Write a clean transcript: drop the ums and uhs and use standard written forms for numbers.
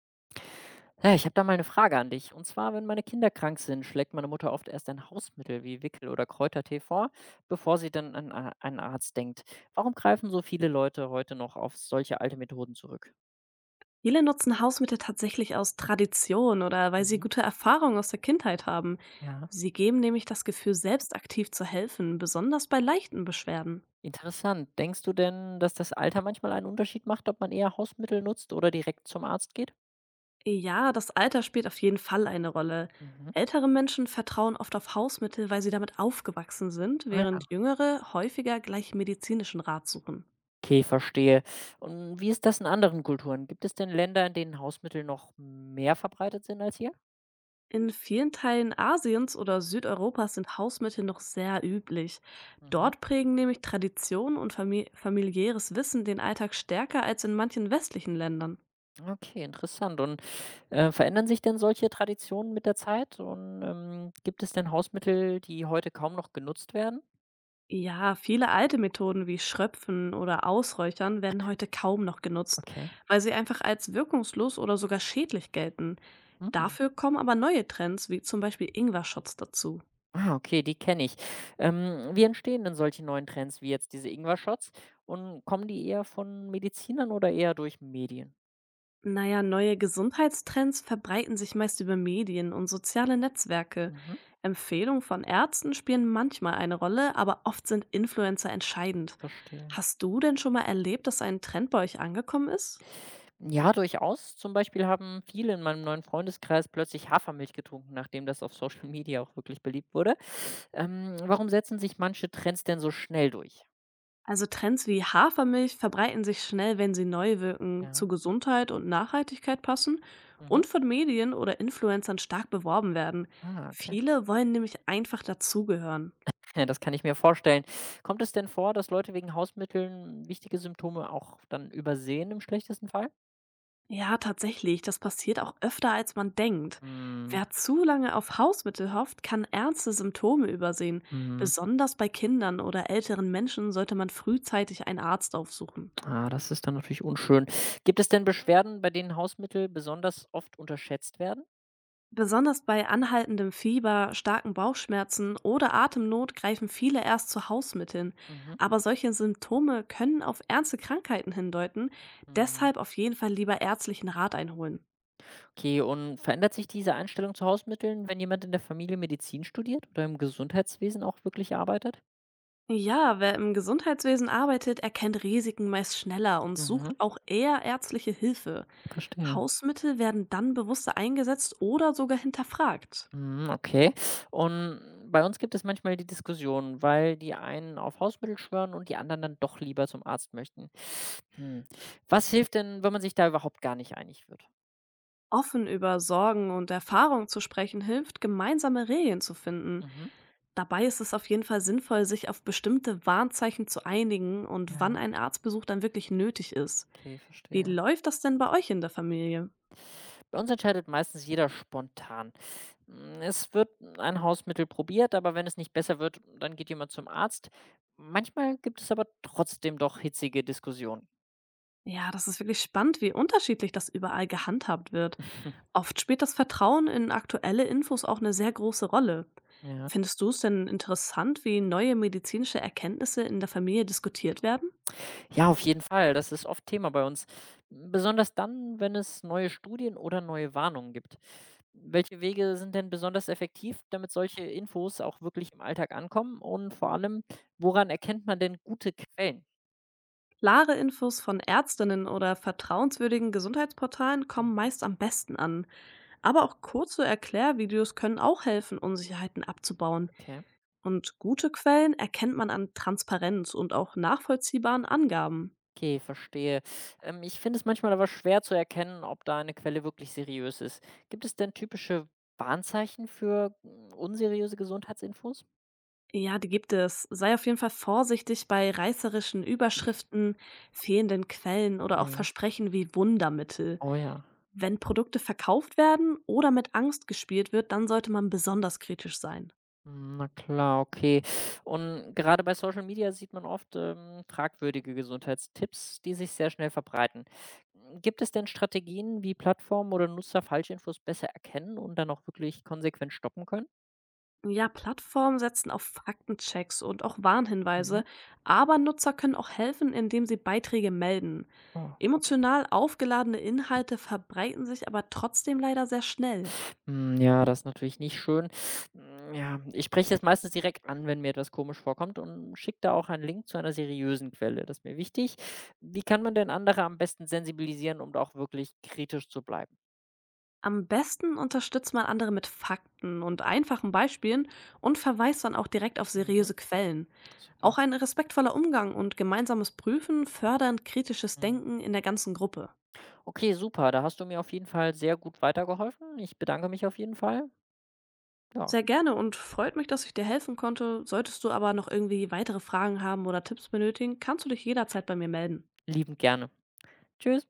Ja, ich habe da mal eine Frage an dich. Und zwar, wenn meine Kinder krank sind, schlägt meine Mutter oft erst ein Hausmittel wie Wickel oder Kräutertee vor, bevor sie dann an a einen Arzt denkt. Warum greifen so viele Leute heute noch auf solche alte Methoden zurück? Viele nutzen Hausmittel tatsächlich aus Tradition oder weil sie Mhm. gute Erfahrungen aus der Kindheit haben. Ja, Sie geben nämlich das Gefühl, selbst aktiv zu helfen, besonders bei leichten Beschwerden. interessant. Denkst du denn, dass das Alter manchmal einen Unterschied macht, ob man eher Hausmittel nutzt oder direkt zum Arzt geht? Ja, das Alter spielt auf jeden Fall eine Rolle. Mhm. Ältere Menschen vertrauen oft auf Hausmittel, weil sie damit aufgewachsen sind, Ah ja. während jüngere häufiger gleich medizinischen Rat suchen. Okay, verstehe. Und wie ist das in anderen Kulturen? Gibt es denn Länder, in denen Hausmittel noch mehr verbreitet sind als hier? In vielen Teilen Asiens oder Südeuropas sind Hausmittel noch sehr üblich. Mhm. Dort prägen nämlich Tradition und familiäres Wissen den Alltag stärker als in manchen westlichen Ländern. Okay, interessant. Und, verändern sich denn solche Traditionen mit der Zeit? Und, gibt es denn Hausmittel, die heute kaum noch genutzt werden? Ja, viele alte Methoden wie Schröpfen oder Ausräuchern werden heute kaum noch genutzt, Okay. weil sie einfach als wirkungslos oder sogar schädlich gelten. Mhm. Dafür kommen aber neue Trends wie zum Beispiel Ingwer-Shots dazu. Ah, okay, die kenne ich. Wie entstehen denn solche neuen Trends wie jetzt diese Ingwer-Shots? Und kommen die eher von Medizinern oder eher durch Medien? Naja, neue Gesundheitstrends verbreiten sich meist über Medien und soziale Netzwerke. Mhm, Empfehlungen von Ärzten spielen manchmal eine Rolle, aber oft sind Influencer entscheidend. verstehe. Hast du denn schon mal erlebt, dass ein Trend bei euch angekommen ist? Ja, durchaus. Zum Beispiel haben viele in meinem neuen Freundeskreis plötzlich Hafermilch getrunken, nachdem das auf Social Media auch wirklich beliebt wurde. Warum setzen sich manche Trends denn so schnell durch? Also Trends wie Hafermilch verbreiten sich schnell, wenn sie neu wirken, Ja. zu Gesundheit und Nachhaltigkeit passen Mhm. und von Medien oder Influencern stark beworben werden. Ah, okay. Viele wollen nämlich einfach dazugehören. Ja, das kann ich mir vorstellen. Kommt es denn vor, dass Leute wegen Hausmitteln wichtige Symptome auch dann übersehen im schlechtesten Fall? Ja, tatsächlich. Das passiert auch öfter, als man denkt. Mhm. Wer zu lange auf Hausmittel hofft, kann ernste Symptome übersehen. Mhm. Besonders bei Kindern oder älteren Menschen sollte man frühzeitig einen Arzt aufsuchen. Ah, das ist dann natürlich unschön. Gibt es denn Beschwerden, bei denen Hausmittel besonders oft unterschätzt werden? Besonders bei anhaltendem Fieber, starken Bauchschmerzen oder Atemnot greifen viele erst zu Hausmitteln. Mhm. Aber solche Symptome können auf ernste Krankheiten hindeuten. Mhm. Deshalb auf jeden Fall lieber ärztlichen Rat einholen. Okay, und verändert sich diese Einstellung zu Hausmitteln, wenn jemand in der Familie Medizin studiert oder im Gesundheitswesen auch wirklich arbeitet? Ja, wer im Gesundheitswesen arbeitet, erkennt Risiken meist schneller und sucht Mhm. auch eher ärztliche Hilfe. Verstehe. Hausmittel werden dann bewusster eingesetzt oder sogar hinterfragt. Mhm, okay. Und bei uns gibt es manchmal die Diskussion, weil die einen auf Hausmittel schwören und die anderen dann doch lieber zum Arzt möchten. Hm. Was hilft denn, wenn man sich da überhaupt gar nicht einig wird? Offen über Sorgen und Erfahrungen zu sprechen hilft, gemeinsame Regeln zu finden. Mhm. Dabei ist es auf jeden Fall sinnvoll, sich auf bestimmte Warnzeichen zu einigen und wann Ja, ein Arztbesuch dann wirklich nötig ist. okay, Wie verstehe. läuft das denn bei euch in der Familie? Bei uns entscheidet meistens jeder spontan. Es wird ein Hausmittel probiert, aber wenn es nicht besser wird, dann geht jemand zum Arzt. Manchmal gibt es aber trotzdem doch hitzige Diskussionen. Ja, das ist wirklich spannend, wie unterschiedlich das überall gehandhabt wird. Oft spielt das Vertrauen in aktuelle Infos auch eine sehr große Rolle. Ja. Findest du es denn interessant, wie neue medizinische Erkenntnisse in der Familie diskutiert werden? Ja, auf jeden Fall. Das ist oft Thema bei uns. Besonders dann, wenn es neue Studien oder neue Warnungen gibt. Welche Wege sind denn besonders effektiv, damit solche Infos auch wirklich im Alltag ankommen? Und vor allem, woran erkennt man denn gute Quellen? Klare Infos von Ärztinnen oder vertrauenswürdigen Gesundheitsportalen kommen Hm, meist am besten an. Aber auch kurze Erklärvideos können auch helfen, Unsicherheiten abzubauen. okay, Und gute Quellen erkennt man an Transparenz und auch nachvollziehbaren Angaben. okay, verstehe. Ich finde es manchmal aber schwer zu erkennen, ob da eine Quelle wirklich seriös ist. Gibt es denn typische Warnzeichen für unseriöse Gesundheitsinfos? Ja, die gibt es. Sei auf jeden Fall vorsichtig bei reißerischen Überschriften, fehlenden Quellen oder auch Ja, Versprechen wie Wundermittel. oh ja. Wenn Produkte verkauft werden oder mit Angst gespielt wird, dann sollte man besonders kritisch sein. Hm, na klar, okay. Und gerade bei Social Media sieht man oft, fragwürdige Gesundheitstipps, die sich sehr schnell verbreiten. Hm, gibt es denn Strategien, wie Plattformen oder Nutzer Falschinfos besser erkennen und dann auch wirklich konsequent stoppen können? Ja, Plattformen setzen auf Faktenchecks und auch Mhm. Warnhinweise, aber Nutzer können auch helfen, indem sie Beiträge melden. Oh, gut. Emotional aufgeladene Inhalte verbreiten sich aber trotzdem leider sehr schnell. Hm, ja, das ist natürlich nicht schön. Hm, ja, ich spreche es meistens direkt an, wenn mir etwas komisch vorkommt und schicke da auch einen Link zu einer seriösen Quelle. Das ist mir wichtig. Wie kann man denn andere am besten sensibilisieren, um da auch wirklich kritisch zu bleiben? Am besten unterstützt man andere mit Fakten und einfachen Beispielen und verweist dann auch direkt auf Mhm, seriöse Quellen. super. Auch ein respektvoller Umgang und gemeinsames Prüfen fördern kritisches Mhm. Denken in der ganzen Gruppe. Okay, super. Da hast du mir auf jeden Fall sehr gut weitergeholfen. Ich bedanke mich auf jeden Fall. Ja, Sehr gerne und freut mich, dass ich dir helfen konnte. Solltest du aber noch irgendwie weitere Fragen haben oder Tipps benötigen, kannst du dich jederzeit bei mir melden. liebend gerne. Tschüss.